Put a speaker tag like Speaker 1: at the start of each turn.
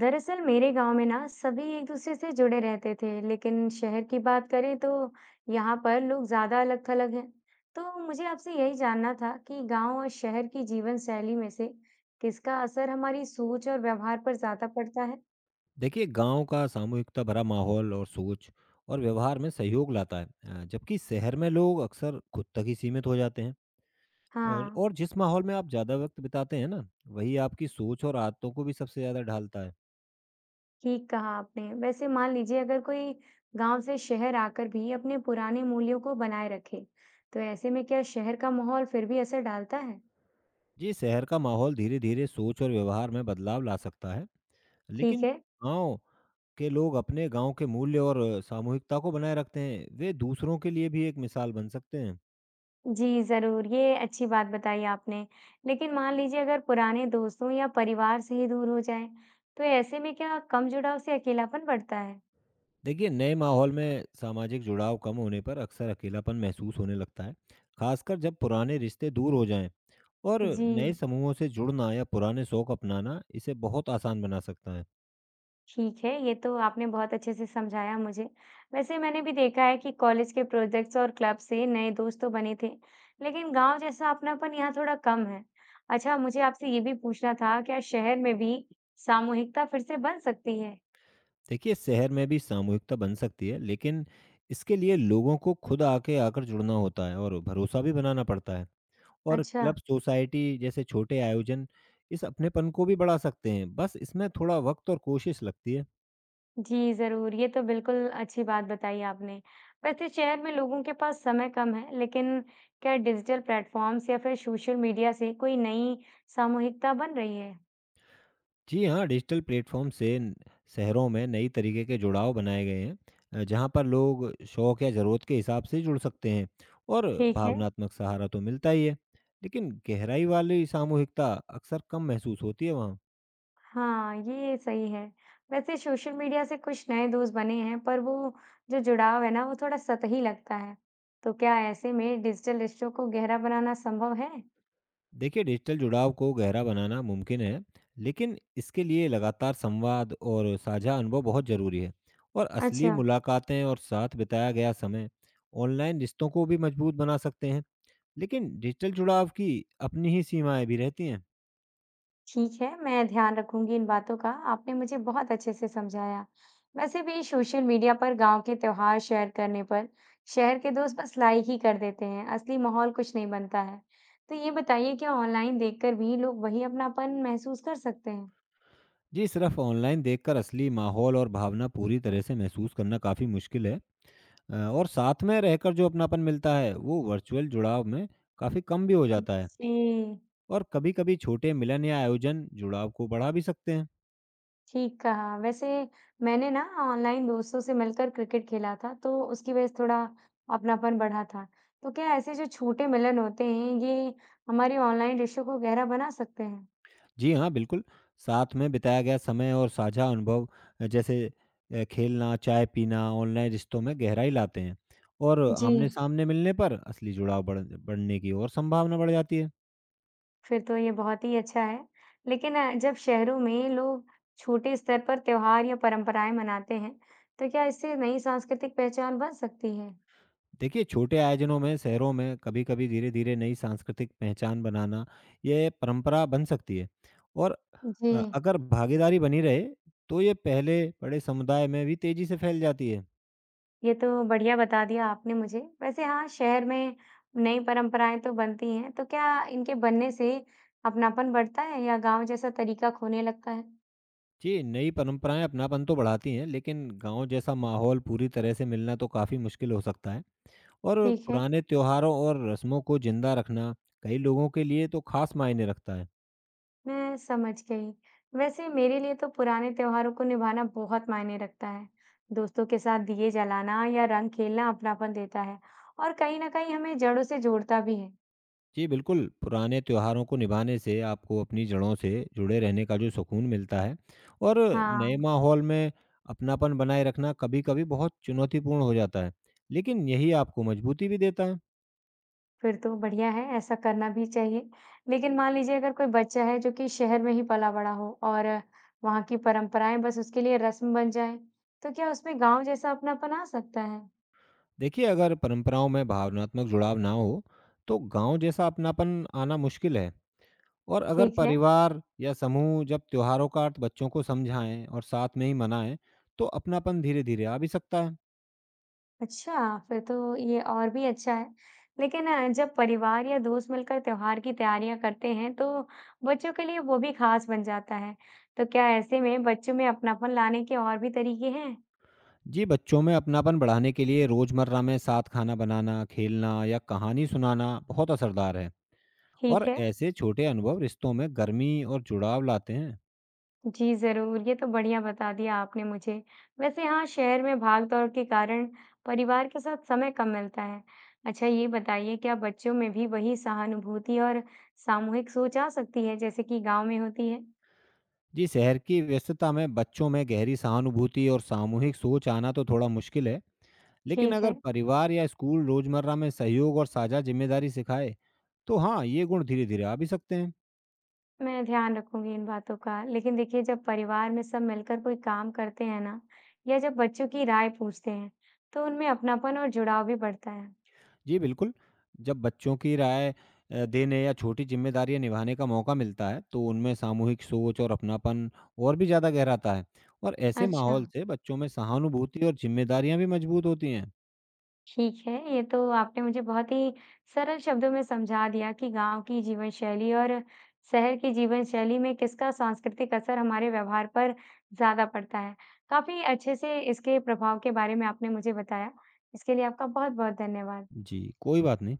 Speaker 1: दरअसल मेरे गांव में ना सभी एक दूसरे से जुड़े रहते थे, लेकिन शहर की बात करें तो यहाँ पर लोग ज्यादा अलग थलग हैं। तो मुझे आपसे यही जानना था कि गांव और शहर की जीवन शैली में से किसका असर हमारी सोच और व्यवहार पर ज्यादा पड़ता है?
Speaker 2: देखिए गांव का सामूहिकता भरा माहौल और सोच और व्यवहार में सहयोग लाता है जबकि शहर में लोग अक्सर खुद तक ही सीमित हो जाते हैं। और
Speaker 1: हाँ।
Speaker 2: और जिस माहौल में आप ज़्यादा वक्त बिताते हैं ना वही आपकी सोच और आदतों को भी सबसे ज़्यादा ढालता है।
Speaker 1: ठीक कहा आपने। वैसे मान लीजिए, अगर कोई गांव से शहर आकर भी अपने पुराने मूल्यों को बनाए रखे, तो ऐसे में क्या शहर का माहौल फिर भी असर डालता है?
Speaker 2: जी शहर का माहौल धीरे धीरे सोच और व्यवहार में बदलाव ला सकता है, लेकिन
Speaker 1: ठीक है।
Speaker 2: गाँव के लोग अपने गाँव के मूल्य और सामूहिकता को बनाए रखते हैं। वे दूसरों के लिए भी एक मिसाल बन सकते हैं।
Speaker 1: जी, ज़रूर, ये अच्छी बात बताई आपने। लेकिन मान लीजिए, अगर पुराने दोस्तों या परिवार से ही दूर हो जाएँ, तो ऐसे में क्या कम जुड़ाव से अकेलापन बढ़ता है?
Speaker 2: देखिए नए माहौल में सामाजिक जुड़ाव कम होने पर अक्सर अकेलापन महसूस होने लगता है, खासकर जब पुराने रिश्ते दूर हो जाएं, और नए
Speaker 1: जी,
Speaker 2: समूहों से जुड़ना या पुराने शौक अपनाना इसे बहुत आसान बना सकता है।
Speaker 1: ठीक है, ये तो आपने बहुत अच्छे से समझाया मुझे। वैसे मैंने भी देखा है कि कॉलेज के प्रोजेक्ट्स और क्लब से नए दोस्त तो बने थे, लेकिन गाँव जैसा अपनापन यहाँ थोड़ा कम है। अच्छा, मुझे आपसे ये भी पूछना था, क्या शहर में भी सामूहिकता फिर से बन सकती है?
Speaker 2: देखिए शहर में भी सामूहिकता बन सकती है, लेकिन इसके लिए लोगों को खुद आके आकर जुड़ना होता है और भरोसा भी बनाना पड़ता है। और
Speaker 1: अच्छा।
Speaker 2: क्लब सोसाइटी जैसे छोटे आयोजन इस अपनेपन को भी बढ़ा सकते हैं, बस इसमें थोड़ा वक्त और कोशिश लगती है।
Speaker 1: जी, ज़रूर। ये तो बिल्कुल अच्छी बात बताई आपने। वैसे शहर में लोगों के पास समय कम है, लेकिन क्या डिजिटल प्लेटफ़ॉर्म्स या फिर सोशल मीडिया से कोई नई सामूहिकता बन रही है?
Speaker 2: जी हाँ, डिजिटल प्लेटफ़ॉर्म से न शहरों में नई तरीके के जुड़ाव बनाए गए हैं जहाँ पर लोग शौक या ज़रूरत के हिसाब से जुड़ सकते हैं, और
Speaker 1: ठीक है।
Speaker 2: भावनात्मक सहारा तो मिलता ही है, लेकिन गहराई वाली सामूहिकता अक्सर कम महसूस होती है वहाँ।
Speaker 1: हाँ, ये सही है। वैसे सोशल मीडिया से कुछ नए दोस्त बने हैं, पर वो जो जुड़ाव है ना, वो थोड़ा सतही लगता है। तो क्या ऐसे में डिजिटल रिश्तों को गहरा बनाना संभव है?
Speaker 2: देखिए, डिजिटल जुड़ाव को गहरा बनाना मुमकिन है, लेकिन इसके लिए लगातार संवाद और साझा अनुभव बहुत ज़रूरी है। और असली
Speaker 1: अच्छा।
Speaker 2: मुलाकातें और साथ बिताया गया समय ऑनलाइन रिश्तों को भी मज़बूत बना सकते हैं। लेकिन डिजिटल जुड़ाव की अपनी ही सीमाएं भी रहती हैं।
Speaker 1: ठीक है, मैं ध्यान रखूंगी इन बातों का। आपने मुझे बहुत अच्छे से समझाया। वैसे भी सोशल मीडिया पर गांव के त्योहार शेयर करने पर शहर के दोस्त बस लाइक ही कर देते हैं, असली माहौल कुछ नहीं बनता है। तो ये बताइए, क्या ऑनलाइन देखकर भी लोग वही अपनापन महसूस कर सकते हैं?
Speaker 2: जी सिर्फ ऑनलाइन देखकर असली माहौल और भावना पूरी तरह से महसूस करना काफ़ी मुश्किल है और साथ में रहकर जो अपनापन मिलता है वो वर्चुअल जुड़ाव में काफ़ी कम भी हो जाता है।
Speaker 1: जी।
Speaker 2: और कभी-कभी छोटे मिलन या आयोजन जुड़ाव को बढ़ा भी सकते हैं।
Speaker 1: ठीक कहा। वैसे मैंने ना ऑनलाइन दोस्तों से मिलकर क्रिकेट खेला था, तो उसकी वजह से थोड़ा अपनापन बढ़ा था। तो क्या ऐसे जो छोटे मिलन होते हैं, ये हमारे ऑनलाइन रिश्तों को गहरा बना सकते हैं?
Speaker 2: जी हाँ बिल्कुल, साथ में बिताया गया समय और साझा अनुभव, जैसे खेलना, चाय पीना, ऑनलाइन रिश्तों में गहराई लाते हैं, और
Speaker 1: जी,
Speaker 2: आमने सामने मिलने पर असली जुड़ाव बढ़ने की और संभावना बढ़ जाती है।
Speaker 1: फिर तो ये बहुत ही अच्छा है। लेकिन जब शहरों में लोग छोटे स्तर पर त्योहार या परंपराएं मनाते हैं, तो क्या इससे नई सांस्कृतिक पहचान बन सकती है?
Speaker 2: देखिए, छोटे आयोजनों में, शहरों में कभी-कभी धीरे-धीरे नई सांस्कृतिक पहचान बनाना, ये परंपरा बन सकती है। और
Speaker 1: जी,
Speaker 2: अगर भागीदारी बनी रहे, तो ये पहले बड़े समुदाय में भी तेज़ी से फैल जाती है।
Speaker 1: ये तो बढ़िया बता दिया आपने मुझे। वैसे हाँ, शहर में नई परंपराएं तो बनती हैं, तो क्या इनके बनने से अपनापन बढ़ता है या गांव जैसा तरीका खोने लगता है?
Speaker 2: जी, नई परंपराएँ अपनापन तो बढ़ाती हैं, लेकिन गाँव जैसा माहौल पूरी तरह से मिलना तो काफ़ी मुश्किल हो सकता है। और
Speaker 1: ठीक है।
Speaker 2: पुराने त्योहारों और रस्मों को ज़िंदा रखना, कई लोगों के लिए तो खास मायने रखता है।
Speaker 1: मैं समझ गई। वैसे मेरे लिए तो पुराने त्योहारों को निभाना बहुत मायने रखता है। दोस्तों के साथ दिए जलाना या रंग खेलना अपनापन देता है और कहीं ना कहीं हमें जड़ों से जोड़ता भी है।
Speaker 2: जी, बिल्कुल, पुराने त्योहारों को निभाने से आपको अपनी जड़ों से जुड़े रहने का जो सुकून मिलता है, और नए
Speaker 1: हाँ,
Speaker 2: माहौल में अपनापन बनाए रखना कभी-कभी बहुत चुनौतीपूर्ण हो जाता है, लेकिन यही आपको मजबूती भी देता है।
Speaker 1: फिर तो बढ़िया है, ऐसा करना भी चाहिए। लेकिन मान लीजिए, अगर कोई बच्चा है जो कि शहर में ही पला बड़ा हो और वहाँ की परंपराएं बस उसके लिए रस्म बन जाए, तो क्या उसमें गांव जैसा अपनापन आ सकता है?
Speaker 2: देखिए, अगर परंपराओं में भावनात्मक जुड़ाव ना हो, तो गाँव जैसा अपनापन आना मुश्किल है। और अगर
Speaker 1: ठीक है।
Speaker 2: परिवार या समूह जब त्योहारों का अर्थ बच्चों को समझाएँ और साथ में ही मनाएँ, तो अपनापन धीरे-धीरे आ भी सकता है।
Speaker 1: अच्छा, फिर तो ये और भी अच्छा है। लेकिन जब परिवार या दोस्त मिलकर त्योहार की तैयारियां करते हैं, तो बच्चों के लिए वो भी खास बन जाता है। तो क्या ऐसे में बच्चों में अपनापन लाने के और भी तरीके हैं?
Speaker 2: जी, बच्चों में अपनापन बढ़ाने के लिए रोज़मर्रा में साथ खाना बनाना, खेलना या कहानी सुनाना बहुत असरदार है,
Speaker 1: ठीक
Speaker 2: और
Speaker 1: है,
Speaker 2: ऐसे छोटे अनुभव रिश्तों में गर्मी और जुड़ाव लाते हैं।
Speaker 1: जी ज़रूर, ये तो बढ़िया बता दिया आपने मुझे। वैसे हाँ, शहर में भाग-दौड़ के कारण परिवार के साथ समय कम मिलता है। अच्छा, ये बताइए, क्या बच्चों में भी वही सहानुभूति और सामूहिक सोच आ सकती है जैसे कि गाँव में होती है?
Speaker 2: जी, शहर की व्यस्तता में बच्चों में गहरी सहानुभूति और सामूहिक सोच आना तो थोड़ा मुश्किल है, लेकिन
Speaker 1: ठीक
Speaker 2: अगर
Speaker 1: है।
Speaker 2: परिवार या स्कूल रोज़मर्रा में सहयोग और साझा जिम्मेदारी सिखाए, तो हाँ, ये गुण धीरे-धीरे आ भी सकते हैं।
Speaker 1: मैं ध्यान रखूंगी इन बातों का। लेकिन देखिए, जब परिवार में सब मिलकर कोई काम करते हैं ना, या जब बच्चों की राय पूछते हैं, तो उनमें अपनापन और जुड़ाव भी बढ़ता है।
Speaker 2: जी, बिल्कुल। जब बच्चों की राय देने या छोटी ज़िम्मेदारियाँ निभाने का मौका मिलता है, तो उनमें सामूहिक सोच और अपनापन और भी ज़्यादा गहराता है, और ऐसे
Speaker 1: अच्छा।
Speaker 2: माहौल से बच्चों में सहानुभूति और ज़िम्मेदारियाँ भी मजबूत होती हैं।
Speaker 1: ठीक है, ये तो आपने मुझे बहुत ही सरल शब्दों में समझा दिया कि गांव की जीवन शैली और शहर की जीवन शैली में किसका सांस्कृतिक असर हमारे व्यवहार पर ज्यादा पड़ता है। काफी अच्छे से इसके प्रभाव के बारे में आपने मुझे बताया। इसके लिए आपका बहुत बहुत धन्यवाद।
Speaker 2: जी, कोई बात नहीं।